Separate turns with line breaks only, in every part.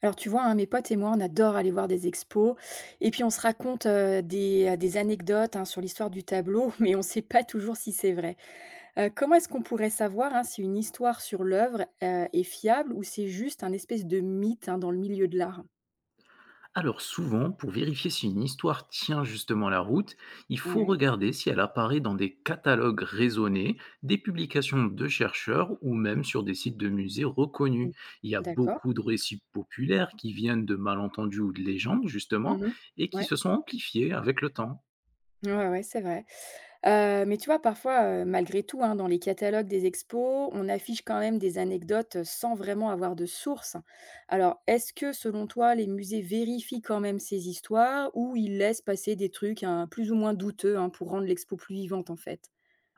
Alors tu vois, hein, mes potes et moi, on adore aller voir des expos et puis on se raconte des anecdotes hein, sur l'histoire du tableau, mais on ne sait pas toujours si c'est vrai. Comment est-ce qu'on pourrait savoir hein, si une histoire sur l'œuvre est fiable ou c'est juste un espèce de mythe hein, dans le milieu de l'art?
Alors souvent, pour vérifier si une histoire tient justement la route, il faut
Ouais,
regarder si elle apparaît dans des catalogues raisonnés, des publications de chercheurs ou même sur des sites de musées reconnus.
mm,
Il y a
d'accord.
beaucoup de récits populaires qui viennent de malentendus ou de légendes justement
Mhm.
et qui
Ouais.
se sont amplifiés avec le temps.
Ouais, ouais, c'est vrai. Mais tu vois, parfois, malgré tout, hein, dans les catalogues des expos, on affiche quand même des anecdotes, sans vraiment avoir de source. Alors, est-ce que, selon toi, les musées vérifient quand même ces histoires ou ils laissent passer des trucs, hein, plus ou moins douteux, hein, pour rendre l'expo plus vivante, en fait?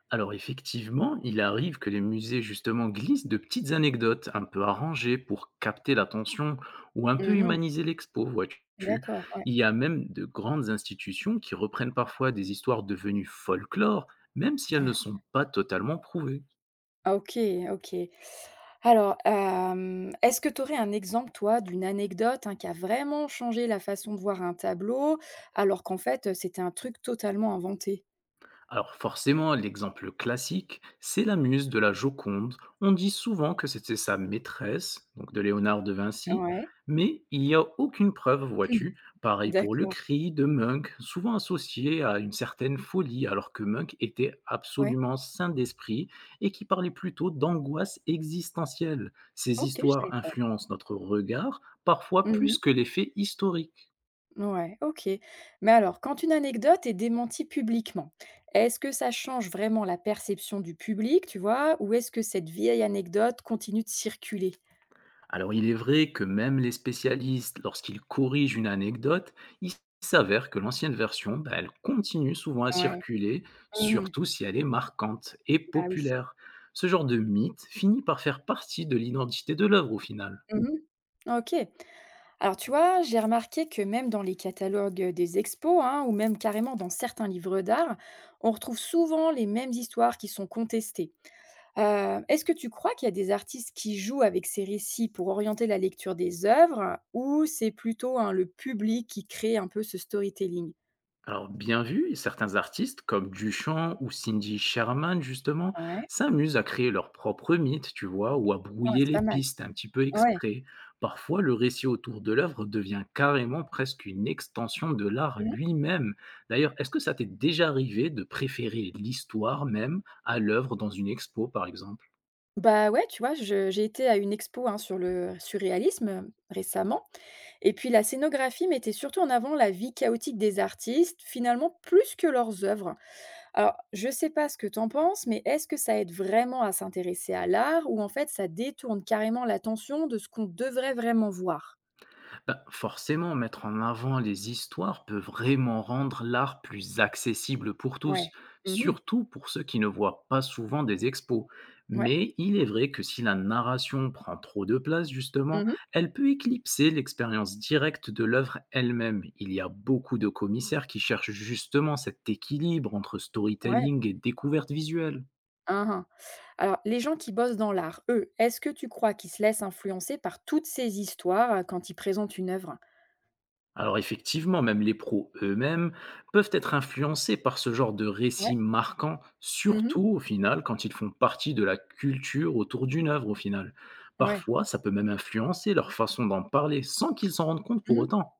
Alors effectivement, il arrive que les musées justement glissent de petites anecdotes un peu arrangées pour capter l'attention ou un peu
Mmh.
humaniser l'expo, vois-tu.
D'accord, ouais.
Il y a même de grandes institutions qui reprennent parfois des histoires devenues folklore, même si elles ne sont pas totalement prouvées.
Ah OK, OK. Alors, est-ce que tu aurais un exemple, toi, d'une anecdote, hein, qui a vraiment changé la façon de voir un tableau, alors qu'en fait, c'était un truc totalement inventé?
Alors forcément, l'exemple classique, c'est la muse de la Joconde. On dit souvent que c'était sa maîtresse, donc de Léonard de Vinci,
Ouais.
mais il n'y a aucune preuve,
Hmm.
vois-tu. Pareil pour le
D'accord.
cri de Munch, souvent associé à une certaine folie, alors que Munch était
Ouais.
absolument sain d'esprit et qui parlait plutôt d'angoisse existentielle. Ces
OK, je
histoires
savais pas.
influencent notre regard, parfois
Mmh.
plus que les faits historiques.
Ouais, OK. Mais alors, quand une anecdote est démentie publiquement, est-ce que ça change vraiment la perception du public, tu vois? Ou est-ce que cette vieille anecdote continue de circuler?
Alors il est vrai que même les spécialistes, lorsqu'ils corrigent une anecdote, il s'avère que l'ancienne version, bah, elle continue souvent à
Ouais.
circuler,
Mmh.
surtout si elle est marquante et
Bah oui.
populaire. Ce genre de mythe finit par faire partie de l'identité de l'œuvre au final.
Mmh. OK. Alors tu vois, j'ai remarqué que même dans les catalogues des expos, hein, ou même carrément dans certains livres d'art, on retrouve souvent les mêmes histoires qui sont contestées. Est-ce que tu crois qu'il y a des artistes qui jouent avec ces récits pour orienter la lecture des œuvres, ou c'est plutôt hein, le public qui crée un peu ce storytelling?
Alors, bien vu, certains artistes comme Duchamp ou Cindy Sherman, justement,
Ouais.
s'amusent à créer leur propre mythe, tu vois, ou à
Ah,
brouiller
c'est
les
pas mal.
pistes un petit peu
Ouais.
exprès. Parfois, le récit autour de l'œuvre devient carrément presque une extension de l'art
Mhm.
lui-même. D'ailleurs, est-ce que ça t'est déjà arrivé de préférer l'histoire même à l'œuvre dans une expo, par exemple?
Bah ouais, tu vois, j'ai été à une expo hein, sur le surréalisme récemment. Et puis la scénographie mettait surtout en avant la vie chaotique des artistes, finalement plus que leurs œuvres. Alors, je sais pas ce que t'en penses, mais est-ce que ça aide vraiment à s'intéresser à l'art ou en fait ça détourne carrément l'attention de ce qu'on devrait vraiment voir?
Bah, forcément, mettre en avant les histoires peut vraiment rendre l'art plus accessible pour tous,
Ouais. Mmh.
surtout pour ceux qui ne voient pas souvent des expos.
Ouais.
Mais il est vrai que si la narration prend trop de place, justement,
Mmh.
elle peut éclipser l'expérience directe de l'œuvre elle-même. Il y a beaucoup de commissaires qui cherchent justement cet équilibre entre
Ouais.
storytelling et découverte visuelle.
Hein, hein. Alors, les gens qui bossent dans l'art, eux, est-ce que tu crois qu'ils se laissent influencer par toutes ces histoires, quand ils présentent une œuvre?
Alors effectivement, même les pros eux-mêmes peuvent être influencés par ce genre de
Ouais.
récits marquants,
Mmh.
surtout au final quand ils font partie de la culture autour d'une œuvre au final.
Ouais.
Parfois, ça peut même influencer leur façon d'en parler sans qu'ils s'en rendent compte pour
Mmh.
autant.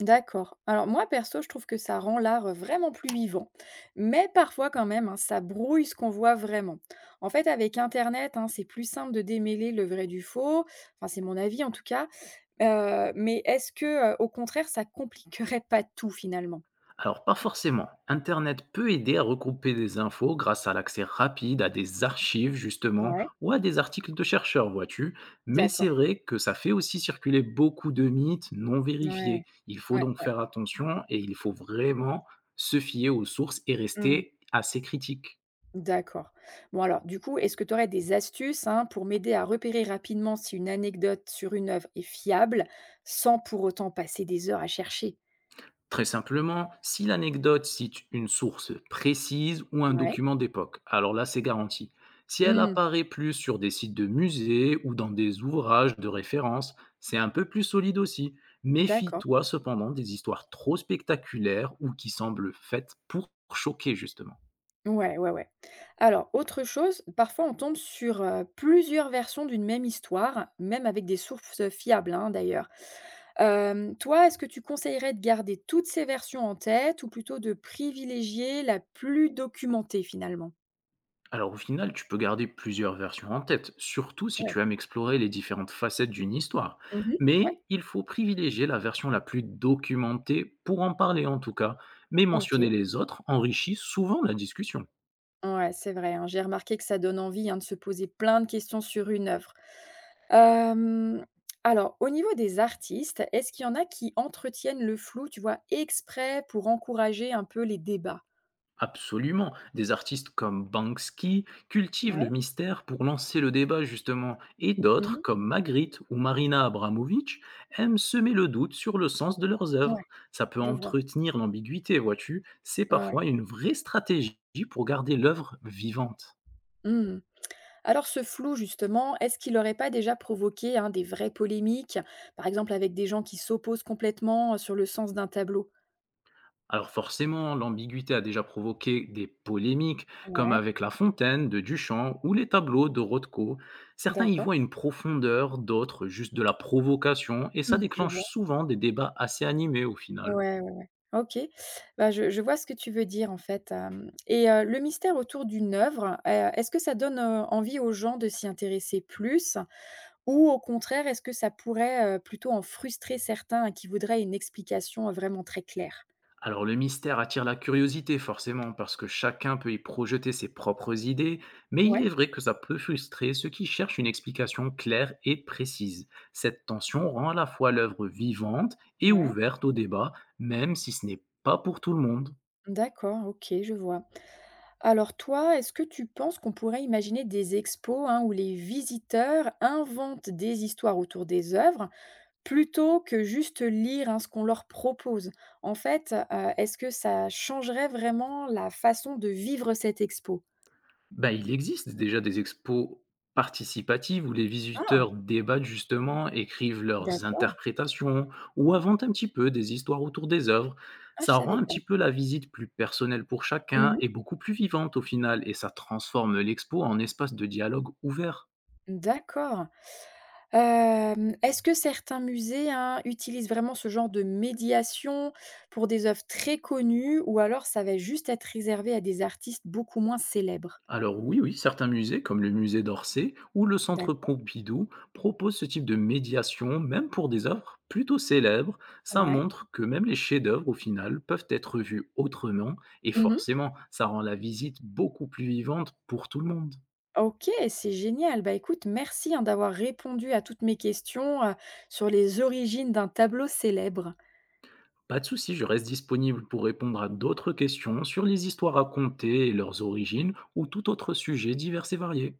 D'accord. Alors moi, perso, je trouve que ça rend l'art vraiment plus vivant. Mais parfois quand même, hein, ça brouille ce qu'on voit vraiment. En fait, avec Internet, hein, c'est plus simple de démêler le vrai du faux. Enfin, c'est mon avis en tout cas. Mais est-ce que, au contraire, ça compliquerait pas tout finalement?
Alors, pas forcément. Internet peut aider à regrouper des infos grâce à l'accès rapide à des archives, justement,
Ouais.
ou à des articles de chercheurs, vois-tu. Mais c'est
D'accord.
vrai que ça fait aussi circuler beaucoup de mythes non vérifiés.
Ouais.
Il faut
Ouais.
donc
Ouais.
faire attention et il faut vraiment se fier aux sources et
Mhm.
rester assez critique.
D'accord. Bon alors, du coup, est-ce que tu aurais des astuces hein, pour m'aider à repérer rapidement si une anecdote sur une œuvre est fiable, sans pour autant passer des heures à chercher?
Très simplement, si l'anecdote cite une source précise ou un
Ouais.
document d'époque, alors là c'est garanti. Si elle
Mmh mh.
apparaît plus sur des sites de musées ou dans des ouvrages de référence, c'est un peu plus solide aussi.
D'accord.
Méfie-toi cependant des histoires trop spectaculaires ou qui semblent faites pour choquer justement.
Ouais, ouais, ouais. Alors, autre chose, parfois on tombe sur, plusieurs versions d'une même histoire, même avec des sources, fiables, hein, d'ailleurs. Toi, est-ce que tu conseillerais de garder toutes ces versions en tête ou plutôt de privilégier la plus documentée, finalement?
Alors au final, tu peux garder plusieurs versions en tête, surtout si
Ouais.
tu aimes explorer les différentes facettes d'une histoire.
Mmh. Ouais,
Mais il faut privilégier la version la plus documentée pour en parler en tout cas, mais mentionner
OK.
les autres enrichit souvent la discussion.
Ouais, c'est vrai, hein. J'ai remarqué que ça donne envie, hein, de se poser plein de questions sur une œuvre. Hem, alors, au niveau des artistes, est-ce qu'il y en a qui entretiennent le flou, tu vois, exprès pour encourager un peu les débats?
Absolument. Des artistes comme Banksy cultivent le
Ouais.
mystère pour lancer le débat justement, et d'autres
Mmh.
comme Magritte ou Marina Abramovic aiment semer le doute sur le sens de leurs
Ouais,
œuvres. Ça peut
je vois.
entretenir l'ambiguïté, vois-tu. C'est
Ouais, ouais.
parfois une vraie stratégie pour garder l'œuvre vivante.
Mmh. Alors ce flou justement, est-ce qu'il n'aurait pas déjà provoqué, hein, des vraies polémiques? Par exemple avec des gens qui s'opposent complètement, sur le sens d'un tableau?
Alors forcément, l'ambiguïté a déjà provoqué des polémiques, comme
Ouais,
avec La Fontaine de Duchamp ou les tableaux de Rothko. Certains y
d'accord.
voient une profondeur, d'autres juste de la provocation, et ça
Mmh, je
déclenche
vois.
souvent des débats assez animés au final.
Ouais, ouais, ouais. OK. Bah, je vois ce que tu veux dire, en fait, hem et le mystère autour d'une œuvre, est-ce que ça donne, envie aux gens de s'y intéresser plus? Ou au contraire, est-ce que ça pourrait, plutôt en frustrer certains qui voudraient une explication, vraiment très claire?
Alors le mystère attire la curiosité forcément, parce que chacun peut y projeter ses propres idées, mais il est
Ouais,
vrai que ça peut frustrer ceux qui cherchent une explication claire et précise. Cette tension rend à la fois l'œuvre vivante et
ouais,
ouverte au débat, même si ce n'est pas pour tout le monde.
d'accord, OK, je vois. Alors toi, est-ce que tu penses qu'on pourrait imaginer des expos, hein, où les visiteurs inventent des histoires autour des œuvres plutôt que juste lire, hein, ce qu'on leur propose. En fait, est-ce que ça changerait vraiment la façon de vivre cette expo?
Bah, il existe déjà des expos participatives où les
Ah!
visiteurs débattent justement, écrivent leurs
D'accord.
interprétations ou inventent un petit peu des histoires autour des œuvres.
Ah, je
Ça rend
savais
un
pas.
petit peu la visite plus personnelle pour chacun
Mmh.
et beaucoup plus vivante au final et ça transforme l'expo en espace de dialogue ouvert.
D'accord. Est-ce que certains musées, hein, utilisent vraiment ce genre de médiation pour des œuvres très connues ou alors ça va juste être réservé à des artistes beaucoup moins célèbres?
Alors oui, oui, certains musées, comme le musée d'Orsay ou le centre
D'accord.
Pompidou, proposent ce type de médiation, même pour des œuvres plutôt célèbres. Ça
Ouais.
montre que même les chefs-d'œuvre, au final, peuvent être vus autrement, et
Mmh.
forcément, ça rend la visite beaucoup plus vivante pour tout le monde.
OK, c'est génial. Bah, écoute, merci, hein, d'avoir répondu à toutes mes questions, sur les origines d'un tableau célèbre.
Pas de souci, je reste disponible pour répondre à d'autres questions sur les histoires racontées et leurs origines, ou tout autre sujet divers et varié.